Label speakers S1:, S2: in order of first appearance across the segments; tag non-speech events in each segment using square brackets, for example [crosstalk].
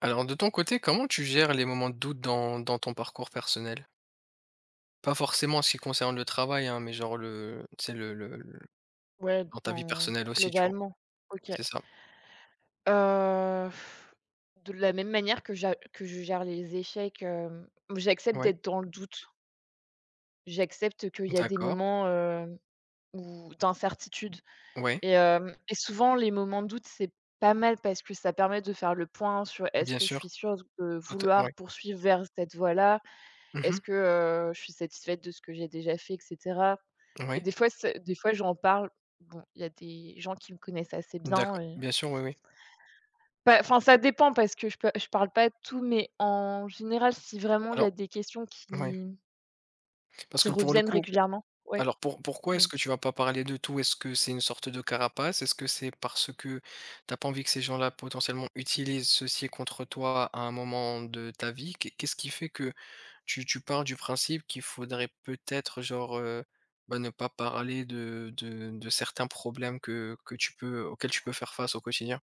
S1: Alors de ton côté, comment tu gères les moments de doute dans ton parcours personnel? Pas forcément en ce qui concerne le travail, hein, mais genre le tu sais, le
S2: Ouais,
S1: dans ta vie
S2: dans
S1: personnelle aussi, tu vois?
S2: globalement. OK.
S1: C'est ça.
S2: Heu, de la même manière que j'a que je gère les échecs, j'accepte
S1: Ouais,
S2: d'être dans le doute. J'accepte qu'il y a des
S1: d'accord,
S2: moments, où d'incertitude
S1: ouais,
S2: et hem et souvent les moments de doute, c'est pas mal parce que ça permet de faire le point sur : « Est-ce
S1: bien
S2: que je suis
S1: sûr,
S2: sûre de
S1: tout à
S2: vouloir
S1: ouais.
S2: poursuivre vers cette voie-là? Est-ce
S1: Mmh,
S2: que, je suis satisfaite de ce que j'ai déjà fait ? » et cetera et
S1: ouais,
S2: des fois j'en parle. Bon, il y a des gens qui me connaissent assez bien
S1: d'accord,
S2: et
S1: bien sûr, oui, oui.
S2: bah, enfin, ça dépend parce que je parle pas de tout, mais en général, si vraiment il y a
S1: Alors
S2: des questions
S1: ouais,
S2: qui
S1: parce
S2: qui
S1: que pour le
S2: reviennent
S1: coup.
S2: régulièrement, ouais,
S1: Alors pourquoi est-ce
S2: vas-y.
S1: que tu vas pas parler de tout? Est-ce que c'est une sorte de carapace? Est-ce que c'est parce que t'as pas envie que ces gens-là potentiellement utilisent ceci contre toi à un moment de ta vie? Qu'est-ce qui fait que tu pars du principe qu'il faudrait peut-être genre bah, ne pas parler de certains problèmes que tu peux auxquels tu peux faire face au quotidien?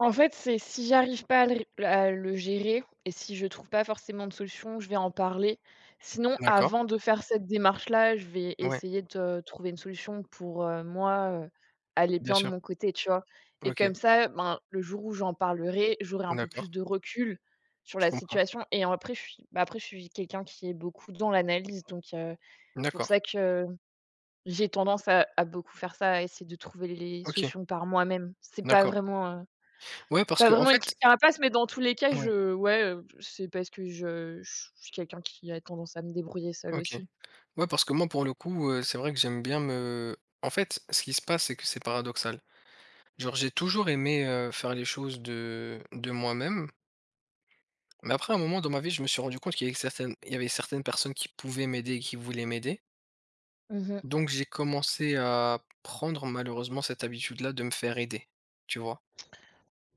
S2: En fait, c'est si j'arrive pas à le gérer et si je trouve pas forcément de solution, je vais en parler. Sinon,
S1: D'accord.
S2: avant de faire cette démarche-là, je vais
S1: Ouais,
S2: essayer de trouver une solution pour, moi, aller
S1: bien
S2: bien de
S1: sûr.
S2: mon côté, tu vois? Et
S1: OK.
S2: comme ça, ben, le jour où j'en parlerai, j'aurai un peu plus
S1: D'accord.
S2: de recul sur
S1: Je
S2: la
S1: comprends.
S2: situation et après je suis quelqu'un qui est beaucoup dans l'analyse, donc c'est pour
S1: D'accord.
S2: ça que j'ai tendance à beaucoup faire ça, à essayer de trouver les
S1: OK.
S2: solutions par moi-même. C'est pas
S1: D'accord.
S2: vraiment,
S1: Ouais, parce
S2: pas
S1: que en
S2: vraiment une
S1: fait,
S2: petite carapace, mais dans tous les cas,
S1: ouais,
S2: je ouais, c'est parce que je suis quelqu'un qui a tendance à me débrouiller seule
S1: OK.
S2: aussi.
S1: Ouais, parce que moi, pour le coup, c'est vrai que j'aime bien me en fait, ce qui se passe, c'est que c'est paradoxal. Genre, j'ai toujours aimé, faire les choses de moi-même, mais après, à un moment dans ma vie, je me suis rendu compte qu'il y avait certaines il y avait certaines personnes qui pouvaient m'aider et qui voulaient m'aider.
S2: Mmh mh.
S1: Donc j'ai commencé à prendre malheureusement cette habitude-là de me faire aider, tu vois?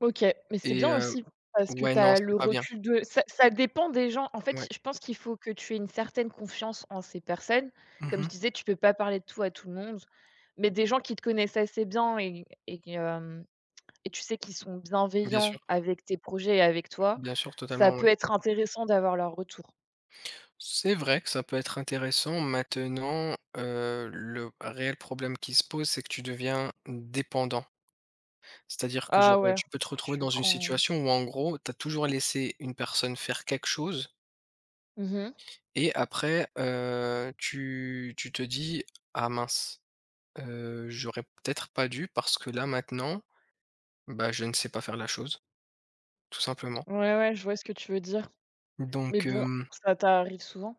S2: OK, mais c'est bien
S1: Et heu
S2: aussi parce que
S1: ouais,
S2: tu
S1: non,
S2: as
S1: c'est
S2: le
S1: pas bien.
S2: recul de ça, dépend des gens. En fait,
S1: Ouais.
S2: je pense qu'il faut que tu aies une certaine confiance en ces personnes. Comme je
S1: Mmh.
S2: disais, tu peux pas parler de tout à tout le monde, mais des gens qui te connaissent assez bien et tu sais qu'ils sont
S1: Bien
S2: bienveillants
S1: sûr,
S2: avec tes projets et avec toi,
S1: bien sûr,
S2: ça
S1: totalement,
S2: peut
S1: ouais.
S2: être intéressant d'avoir leur retour.
S1: C'est vrai que ça peut être intéressant. Maintenant, le réel problème qui se pose, c'est que tu deviens dépendant. C'est-à-dire que
S2: Ah
S1: genre,
S2: ouais,
S1: tu peux te
S2: si
S1: retrouver
S2: tu
S1: dans une
S2: prends
S1: situation où, en gros, tu as toujours laissé une personne faire quelque chose
S2: mmh mh.
S1: et après, tu te dis: «Ah mince, j'aurais peut-être pas dû parce que là maintenant, bah, je ne sais pas faire la chose», tout simplement.
S2: Ouais, ouais, je vois ce que tu veux dire. Mais
S1: Donc,
S2: bon, ça t'arrive souvent?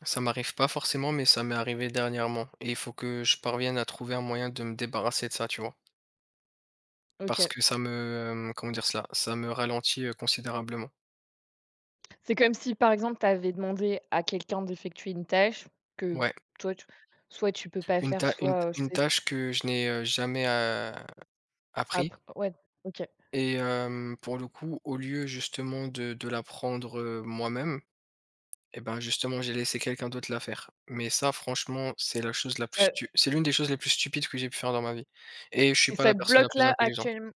S1: ça m'arrive pas forcément, mais ça m'est arrivé dernièrement et il faut que je parvienne à trouver un moyen de me débarrasser de ça, tu vois? Parce
S2: OK.
S1: que ça me, comment dire cela? Ça me ralentit, considérablement.
S2: C'est comme si, par exemple, tu avais demandé à quelqu'un d'effectuer une tâche que
S1: Ouais,
S2: toi, tu soit tu peux pas
S1: une
S2: faire,
S1: ta
S2: soit,
S1: une
S2: c'est
S1: tâche que je n'ai, jamais, appris
S2: après ouais, OK.
S1: et pour le coup, au lieu justement de l'apprendre, moi-même et ben, justement, j'ai laissé quelqu'un d'autre la faire. Mais ça, franchement, c'est la chose la plus
S2: Ça
S1: stu c'est l'une des choses les plus stupides que j'ai pu faire dans ma vie, et je suis pas
S2: ça
S1: la
S2: te
S1: personne la
S2: bloque
S1: plus
S2: là
S1: intelligente.
S2: actuellement,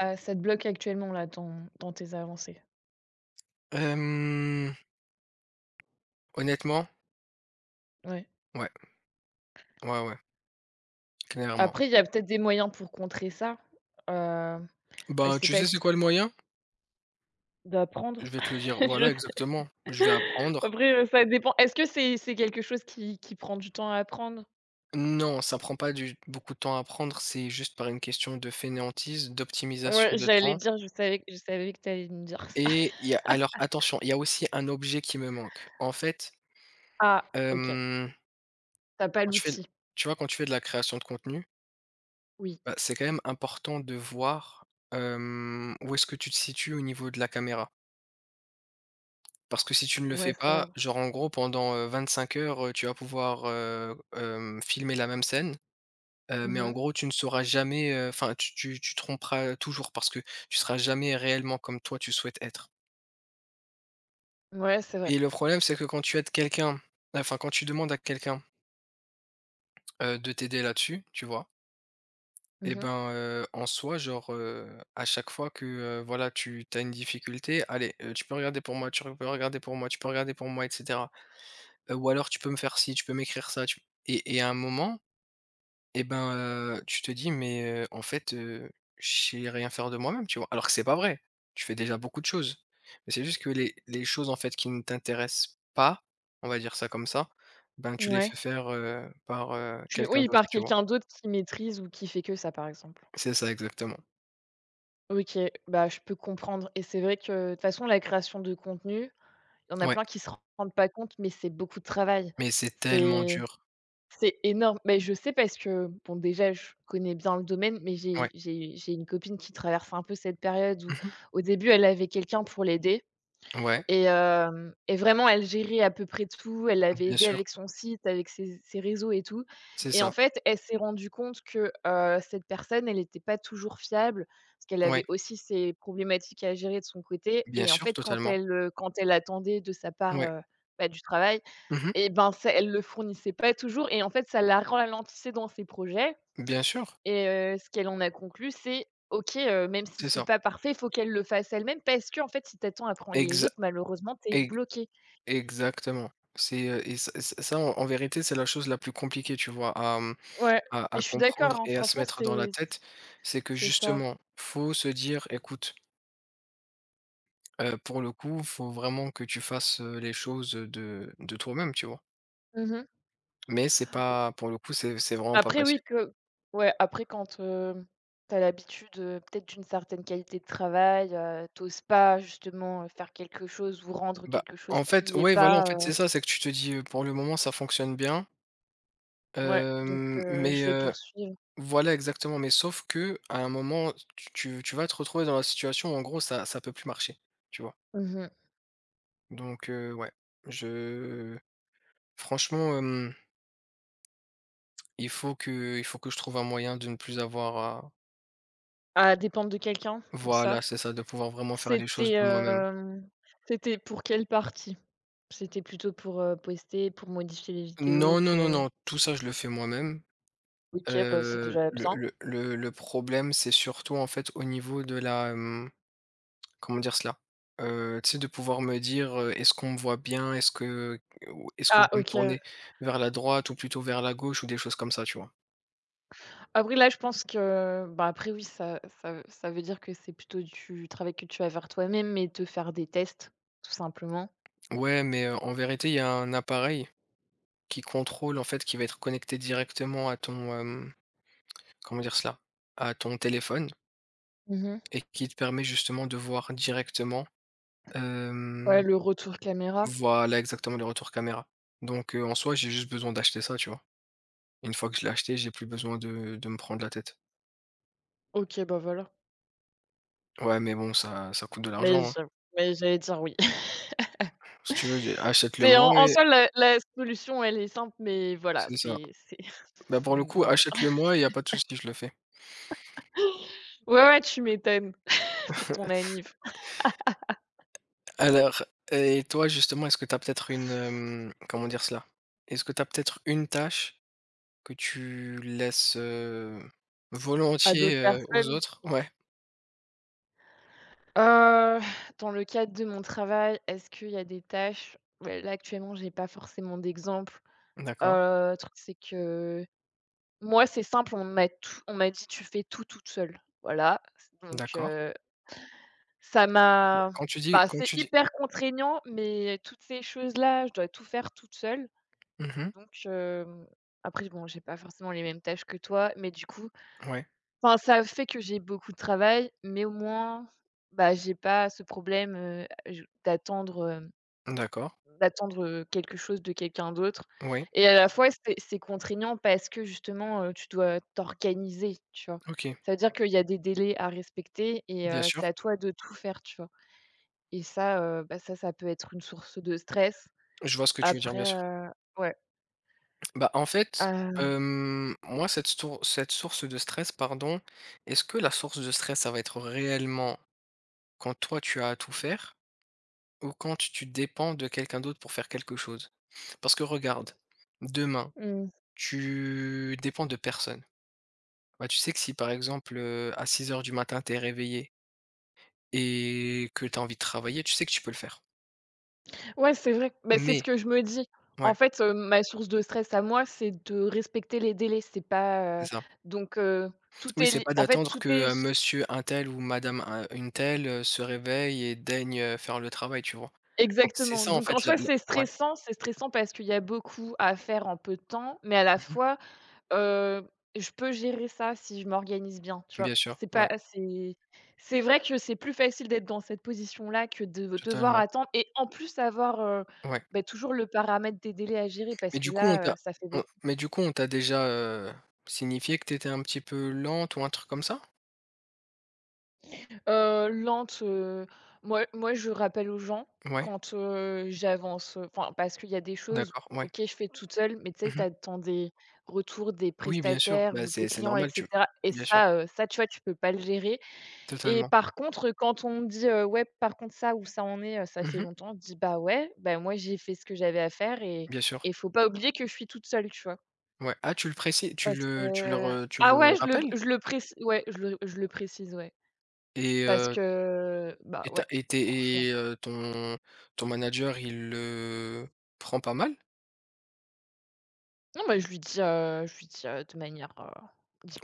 S2: ça te bloque actuellement là dans tes avancées?
S1: Hem, Honnêtement,
S2: Ouais.
S1: ouais, ouais, ouais, clairement.
S2: Après, il y a peut-être des moyens pour contrer ça, heu, je
S1: Ben,
S2: sais
S1: tu
S2: pas
S1: sais c'est
S2: si
S1: quoi le moyen? Je
S2: d'apprendre?
S1: vais te le
S2: [laughs]
S1: dire.
S2: Je
S1: Voilà,
S2: sais
S1: exactement. Je vais apprendre.
S2: après, ça dépend. Est-ce que c'est quelque chose qui prend du temps à apprendre?
S1: Non, ça prend pas du beaucoup de temps à apprendre, c'est juste par une question de fainéantise, d'optimisation
S2: Ouais,
S1: de
S2: j'allais
S1: temps,
S2: dire, je savais que t'allais allais me dire ça.
S1: et
S2: [laughs]
S1: il y a, alors attention, il y a aussi un objet qui me manque. En fait,
S2: Ah, OK.
S1: hem,
S2: T'as pas
S1: quand tu fais d
S2: l'outil.
S1: tu vois, quand tu fais de la création de contenu,
S2: Oui.
S1: bah, c'est quand même important de voir, où est-ce que tu te situes au niveau de la caméra. Parce que si tu ne le
S2: Ouais,
S1: fais
S2: c'est vrai.
S1: pas, genre en gros pendant, 25 heures, tu vas pouvoir, filmer la même scène. Mais en
S2: Mmh.
S1: gros, tu ne sauras jamais, enfin, tu tromperas toujours parce que tu seras jamais réellement comme toi tu souhaites être,
S2: Ouais, c'est vrai.
S1: et le problème, c'est que quand tu aides quelqu'un, enfin, quand tu demandes à quelqu'un, de t'aider là-dessus, tu vois? Et
S2: Mmh.
S1: ben, en soi, genre, à chaque fois que, voilà, tu as une difficulté: «Allez, tu peux regarder pour moi, tu peux regarder pour moi, tu peux regarder pour moi», et cetera. Ou alors: «Tu peux me faire ci, tu peux m'écrire ça, tu», et à un moment. Et ben, tu te dis: «Mais, en fait, je sais rien faire de moi-même», tu vois? Alors que c'est pas vrai. Tu fais déjà beaucoup de choses. Mais c'est juste que les choses, en fait, qui ne t'intéressent pas, on va dire ça comme ça, ben, tu les
S2: Ouais.
S1: fais faire, par,
S2: Tu
S1: quelqu'un
S2: oui,
S1: d'autre,
S2: par
S1: tu vois?
S2: quelqu'un d'autre qui maîtrise ou qui fait que ça, par exemple.
S1: C'est ça exactement.
S2: OK, bah, je peux comprendre et c'est vrai que, de toute façon, la création de contenu, il y en a
S1: Ouais,
S2: plein qui se rendent pas compte, mais c'est beaucoup de travail.
S1: mais c'est tellement
S2: C'est
S1: dur.
S2: c'est énorme. Mais je sais parce que, bon, déjà, je connais bien le domaine, mais j'ai
S1: Ouais.
S2: j'ai j'ai une copine qui traverse un peu cette période où,
S1: Mmh mh.
S2: au début, elle avait quelqu'un pour l'aider.
S1: Ouais,
S2: Et vraiment, elle gérait à peu près tout. Elle l'avait
S1: bien
S2: aidé
S1: sûr,
S2: avec son site, avec ses réseaux et tout
S1: c'est
S2: et en
S1: ça.
S2: fait, elle s'est rendue compte que, cette personne, elle n'était pas toujours fiable parce qu'elle avait
S1: Ouais,
S2: aussi ses problématiques à gérer de son côté
S1: bien
S2: et en
S1: sûr,
S2: fait,
S1: totalement.
S2: quand elle attendait de sa part,
S1: Ouais.
S2: bah, du travail
S1: Mmh mh.
S2: et ben, ça elle le fournissait pas toujours et en fait, ça la ralentissait dans ses projets
S1: Bien sûr,
S2: et ce qu'elle en a conclu, c'est : « OK, même si
S1: c'est
S2: c'est
S1: ça.
S2: pas parfait, faut qu'elle le fasse elle-même » parce que en fait, si t'attends à prendre les
S1: Exa
S2: autres, malheureusement, t'es
S1: ex
S2: bloqué.
S1: Exactement. C'est, et ça ça, en vérité, c'est la chose la plus compliquée, tu vois, à, mmh,
S2: Ouais,
S1: à
S2: mais
S1: à
S2: je suis d'accord,
S1: comprendre
S2: hein,
S1: et à se
S2: franchement,
S1: mettre dans la tête. C'est que
S2: c'est ça.
S1: justement, faut se dire: «Écoute, pour le coup, faut vraiment que tu fasses, les choses, de toi-même», tu vois?
S2: Mmh.
S1: Mais c'est pas, pour le coup, c'est vraiment pas
S2: Après oui
S1: facile.
S2: que ouais, après quand, tu l'habitude, peut-être d'une certaine qualité de travail, tu pas justement, faire quelque chose ou rendre
S1: Bah,
S2: quelque chose
S1: en fait
S2: qui est
S1: ouais, voilà, en
S2: pas,
S1: fait, c'est ça, c'est que tu te dis, «Pour le moment, ça fonctionne bien,
S2: ouais, donc je
S1: mais»
S2: vais poursuivre.
S1: Voilà exactement, mais sauf que à un moment, tu vas te retrouver dans la situation où en gros ça peut plus marcher, tu vois?
S2: Mmh.
S1: Donc, ouais, je franchement, il faut que je trouve un moyen de ne plus avoir à...
S2: À dépendre de quelqu'un pour ça?
S1: Voilà, c'est ça, de pouvoir vraiment faire les choses
S2: C'était,
S1: de moi-même.
S2: hem, c'était pour quelle partie? C'était plutôt pour, poster, pour modifier les vidéos,
S1: Non, non,
S2: pour,
S1: non, non, tout ça je le fais moi-même.
S2: OK, bah, c'est déjà
S1: Le
S2: bien.
S1: le le le problème, c'est surtout en fait au niveau de la... Comment dire cela? Tu sais, de pouvoir me dire, «Est-ce qu'on me voit bien? Est-ce que Ou est-ce que je
S2: Ah
S1: dois me
S2: OK.
S1: tourner vers la droite ou plutôt vers la gauche?» ou des choses comme ça, tu vois?
S2: Après là, je pense que, bah, après oui, ça veut dire que c'est plutôt du travail que tu vas faire toi-même et te faire des tests, tout simplement.
S1: Ouais, mais, en vérité, il y a un appareil qui contrôle, en fait, qui va être connecté directement à ton, comment dire cela? À ton téléphone
S2: Mmh.
S1: et qui te permet justement de voir directement,
S2: Ouais,
S1: hem
S2: le retour caméra.
S1: voilà, exactement, les retours caméra. Donc, en soi, j'ai juste besoin d'acheter ça, tu vois? Une fois que je l'ai acheté, j'ai plus besoin de me prendre la tête.
S2: OK, bah, voilà.
S1: Ouais, mais bon, ça coûte de
S2: Mais
S1: l'argent, hein.
S2: je mais j'allais dire oui. [laughs]
S1: Si tu veux, j'ai
S2: C'est en
S1: achète-le-moi
S2: en
S1: et
S2: soi la solution, elle est simple, mais voilà,
S1: c'est ça.
S2: c'est
S1: Bah,
S2: [laughs]
S1: pour le coup,
S2: non, non.
S1: achète-le-moi et il y a pas de souci, je le fais.
S2: Ouais, ouais, tu m'étonnes. [laughs] Pour ton
S1: [laughs]
S2: anniv.
S1: Alors et toi, justement, est-ce que tu as peut-être une, comment dire cela? Est-ce que tu as peut-être une tâche que tu laisses,
S2: À
S1: volontiers,
S2: d'autres
S1: aux
S2: personnes?
S1: autres? Ouais,
S2: Heu, Dans le cadre de mon travail, est-ce qu'il y a des tâches? Ouais, là, actuellement, j'ai pas forcément d'exemple.
S1: d'accord,
S2: Le truc, c'est que moi, c'est simple, on m'a dit : « Tu fais tout toute seule ». Voilà, donc
S1: d'accord.
S2: ça m'a
S1: Quand tu dis
S2: bah,
S1: quand
S2: c'est
S1: tu dis
S2: hyper contraignant, mais toutes ces choses-là, je dois tout faire toute seule.
S1: mmh,
S2: Donc après, bon, j'ai pas forcément les mêmes tâches que toi, mais du coup
S1: ouais,
S2: enfin, ça fait que j'ai beaucoup de travail, mais au moins, bah, j'ai pas ce problème, je d'attendre,
S1: d'accord,
S2: d'attendre, quelque chose de quelqu'un d'autre
S1: oui,
S2: et à la fois, c'est contraignant parce que justement, tu dois t'organiser, tu vois?
S1: OK,
S2: Ça veut dire qu'il y a des délais à respecter et
S1: bien sûr.
S2: c'est à toi de tout faire, tu vois? Et ça, bah, ça peut être une source de stress.
S1: Je vois ce que tu veux dire, bien
S2: Après,
S1: sûr.
S2: ouais,
S1: Bah, en fait,
S2: heu,
S1: moi, cette source de stress, pardon, est-ce que la source de stress, ça va être réellement quand toi, tu as à tout faire ou quand tu dépends de quelqu'un d'autre pour faire quelque chose? Parce que regarde, demain,
S2: mmh.
S1: tu dépends de personne. Bah, tu sais que si, par exemple, à 6 heures du matin, tu es réveillé et que tu as envie de travailler, tu sais que tu peux le faire.
S2: Ouais, c'est vrai. Beh, c'est ce
S1: Mais
S2: que je me dis. En
S1: ouais,
S2: fait, ma source de stress à moi, c'est de respecter les délais. C'est pas,
S1: c'est ça.
S2: donc tout
S1: Oui,
S2: est
S1: c'est
S2: li
S1: pas
S2: en fait,
S1: d'attendre
S2: tout
S1: que,
S2: est s
S1: monsieur un tel ou madame un une telle, se réveille et daigne, faire le travail, tu vois? Donc c'est
S2: exactement.
S1: ça en
S2: Donc
S1: fait,
S2: en
S1: la
S2: soi,
S1: la
S2: c'est
S1: ouais.
S2: stressant. C'est stressant parce qu'il y a beaucoup à faire en peu de temps, mais à la
S1: Mmh.
S2: fois, heu, je peux gérer ça si je m'organise bien, tu vois?
S1: Bien sûr,
S2: C'est pas
S1: ouais,
S2: c'est c'est vrai que c'est plus facile d'être dans cette position-là que de devoir
S1: totalement,
S2: attendre et en plus avoir,
S1: ouais.
S2: beh, toujours le paramètre des délais à gérer parce
S1: Mais
S2: que
S1: du coup on
S2: là,
S1: t'a
S2: ça fait
S1: on
S2: beaucoup.
S1: mais du coup on t'a déjà, signifié que t'étais un petit peu lente ou un truc comme ça?
S2: Lente, moi, je rappelle aux gens
S1: Ouais,
S2: quand, j'avance, enfin, parce qu'il y a des choses,
S1: d'accord, ouais.
S2: OK, je fais toute seule, mais tu sais,
S1: Mmh.
S2: t'attends des retours des
S1: Oui, bien sûr,
S2: prestataires
S1: bah,
S2: ou des
S1: c'est
S2: clients et
S1: normal, tu
S2: cetera et
S1: bien sûr,
S2: ça, ça, tu vois, tu peux pas le gérer et
S1: totalement.
S2: par contre, quand on me dit : « Ouais, par contre, ça, où ça en est, ça fait
S1: Mmh.
S2: longtemps », je dis : « Bah, ouais, bah, moi, j'ai fait ce que j'avais à faire
S1: Bien sûr,
S2: et faut pas oublier que je suis toute seule », tu vois?
S1: ouais. Ah, tu le précises,
S2: Parce que
S1: tu
S2: ah ouais,
S1: le rappelles?
S2: je le précise. Ouais, je le précise, ouais.
S1: Et
S2: Parce
S1: heu
S2: que, bah,
S1: Et tu as
S2: ouais,
S1: et tu
S2: franchement.
S1: et ton manager, il le prend pas mal?
S2: Non, mais je lui dis, de manière,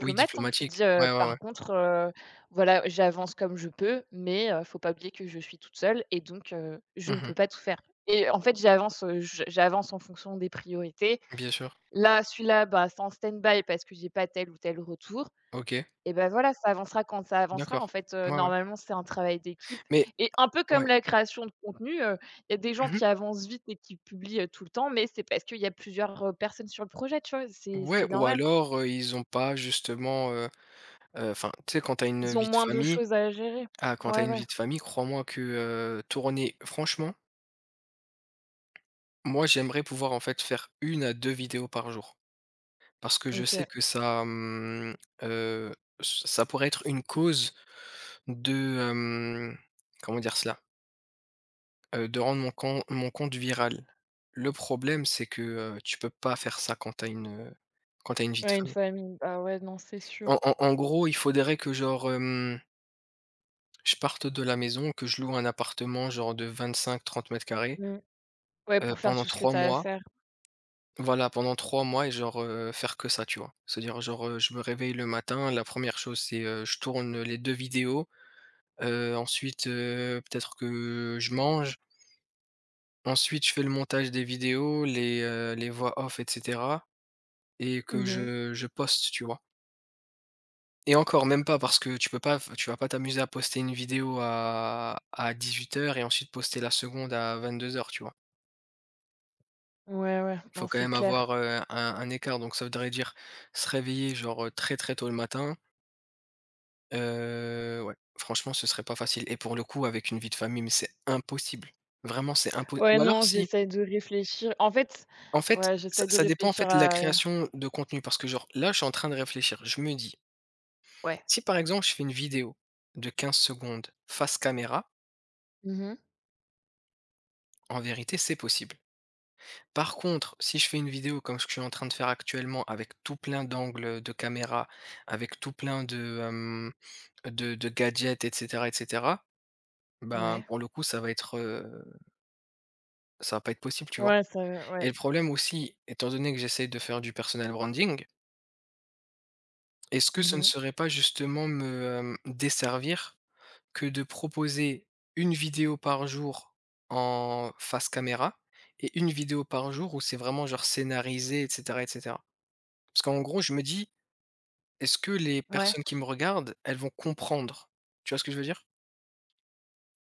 S1: Oui,
S2: hein, je lui dis,
S1: diplomatique.
S2: heu : «
S1: Ouais, ouais, ouais.
S2: Par contre, voilà, j'avance comme je peux, mais faut pas oublier que je suis toute seule et donc je ne peux
S1: Mmh.
S2: pas tout faire » et en fait, j'avance, j'avance en fonction des priorités.
S1: Bien sûr.
S2: Là, celui-là, bah, c'est en stand-by parce que j'ai pas tel ou tel retour.
S1: OK.
S2: Et ben voilà, ça avancera quand ça avancera. En
S1: D'accord.
S2: fait,
S1: Ouais, ouais.
S2: normalement, c'est un travail d'équipe
S1: Mais
S2: et un peu comme
S1: ouais.
S2: la création de contenu, il y a des gens qui
S1: Mmh.
S2: avancent vite et qui publient, tout le temps, mais c'est parce qu'il y a plusieurs, personnes sur le projet, tu vois?
S1: Ouais,
S2: C'est
S1: ou
S2: normal.
S1: alors, ils ont pas justement, enfin, tu sais, quand t'as une
S2: Ils ont
S1: vie de
S2: moins de
S1: famille
S2: choses à gérer.
S1: ah, quand t'as
S2: Ouais,
S1: une
S2: ouais,
S1: vie de famille, crois-moi que, tourner franchement, moi, j'aimerais pouvoir, en fait, faire une à 2 vidéos par jour. Parce que je sais
S2: OK.
S1: que heu, ça pourrait être une cause. De, comment dire cela? De rendre mon compte viral. Le problème, c'est que, tu peux pas faire ça quand quand t'as une vie de
S2: Ouais, une
S1: famille.
S2: famille. Ah ouais, non, c'est sûr.
S1: En gros, il faudrait que genre, je parte de la maison, que je loue un appartement genre de 25-30 m²,
S2: Mmh. Ouais, pour faire
S1: pendant
S2: tout ce que
S1: 3
S2: tu as à
S1: mois.
S2: faire.
S1: Voilà, pendant 3 mois et genre, faire que ça, tu vois? C'est-à-dire genre, je me réveille le matin, la première chose c'est, je tourne les 2 vidéos, ensuite, peut-être que je mange. Ensuite, je fais le montage des vidéos, les voix off, et cetera, et que
S2: Mhm.
S1: je poste, tu vois? Et encore, même pas, parce que tu peux pas, tu vas pas t'amuser à poster une vidéo à 18:00 et ensuite poster la seconde à 22:00, tu vois?
S2: Ouais, ouais,
S1: Il
S2: non,
S1: faut quand
S2: c'est
S1: même
S2: clair.
S1: avoir, un écart, donc ça voudrait dire se réveiller genre, très, très tôt le matin, ouais, franchement, ce serait pas facile et pour le coup, avec une vie de famille, mais c'est impossible. Vraiment, c'est impossible.
S2: Ouais,
S1: Ou alors
S2: non,
S1: si...
S2: j'essaie de réfléchir. En fait,
S1: En fait,
S2: ouais, j'essaie
S1: ça
S2: de
S1: ça dépend, en
S2: réfléchir
S1: fait, de la
S2: à
S1: création de contenu parce que, genre, là, je suis en train de réfléchir. Je me dis:
S2: ouais.
S1: «Si, par exemple, je fais une vidéo de 15 secondes face caméra,
S2: Mhm.
S1: en vérité, c'est possible.» Par contre, si je fais une vidéo comme ce que je suis en train de faire actuellement avec tout plein d'angles de caméra, avec tout plein de, de gadgets, et cetera, et cetera, ben,
S2: Ouais.
S1: pour le coup, ça va pas être possible, tu vois?
S2: Ouais, ça
S1: Et
S2: ouais.
S1: le problème aussi, étant donné que j'essaie de faire du personal branding, est-ce que ce ne
S2: Mmh.
S1: serait pas justement me, desservir que de proposer une vidéo par jour en face caméra et une vidéo par jour où c'est vraiment genre scénarisé, et cetera, et cetera? Parce qu'en gros, je me dis: «Est-ce que les
S2: Ouais,
S1: personnes qui me regardent, elles vont comprendre?» Tu vois ce que je veux dire?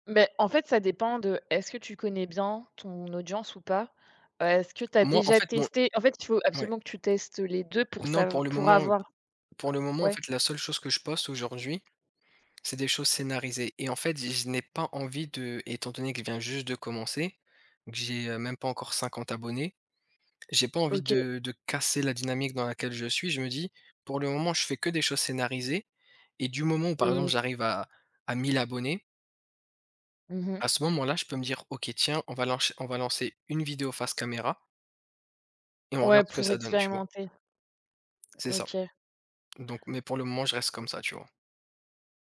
S2: mais en fait, ça dépend de est-ce que tu connais bien ton audience ou pas? Est-ce que tu as
S1: Moi, en
S2: déjà
S1: fait, mon...
S2: testé en fait, il faut
S1: ouais.
S2: absolument que tu testes les 2 pour
S1: Non,
S2: savoir pour avoir
S1: pour le moment, en
S2: ouais,
S1: fait, la seule chose que je poste aujourd'hui, c'est des choses scénarisées et en fait, je n'ai pas envie de... étant donné que je viens juste de commencer, que j'ai, même pas encore 50 abonnés. J'ai pas envie
S2: OK
S1: de casser la dynamique dans laquelle je suis. Je me dis: «Pour le moment, je fais que des choses scénarisées», et du moment où, par
S2: et
S1: exemple, j'arrive à 1 abonnés,
S2: mmh
S1: à ce moment-là, je peux me dire: «OK, tiens, on va lancer une vidéo face caméra et on
S2: ouais,
S1: regarde ce que
S2: pour
S1: ça donne», tu vois?
S2: expérimenter.
S1: C'est ça.
S2: OK.
S1: Donc, mais pour le moment, je reste comme ça, tu vois?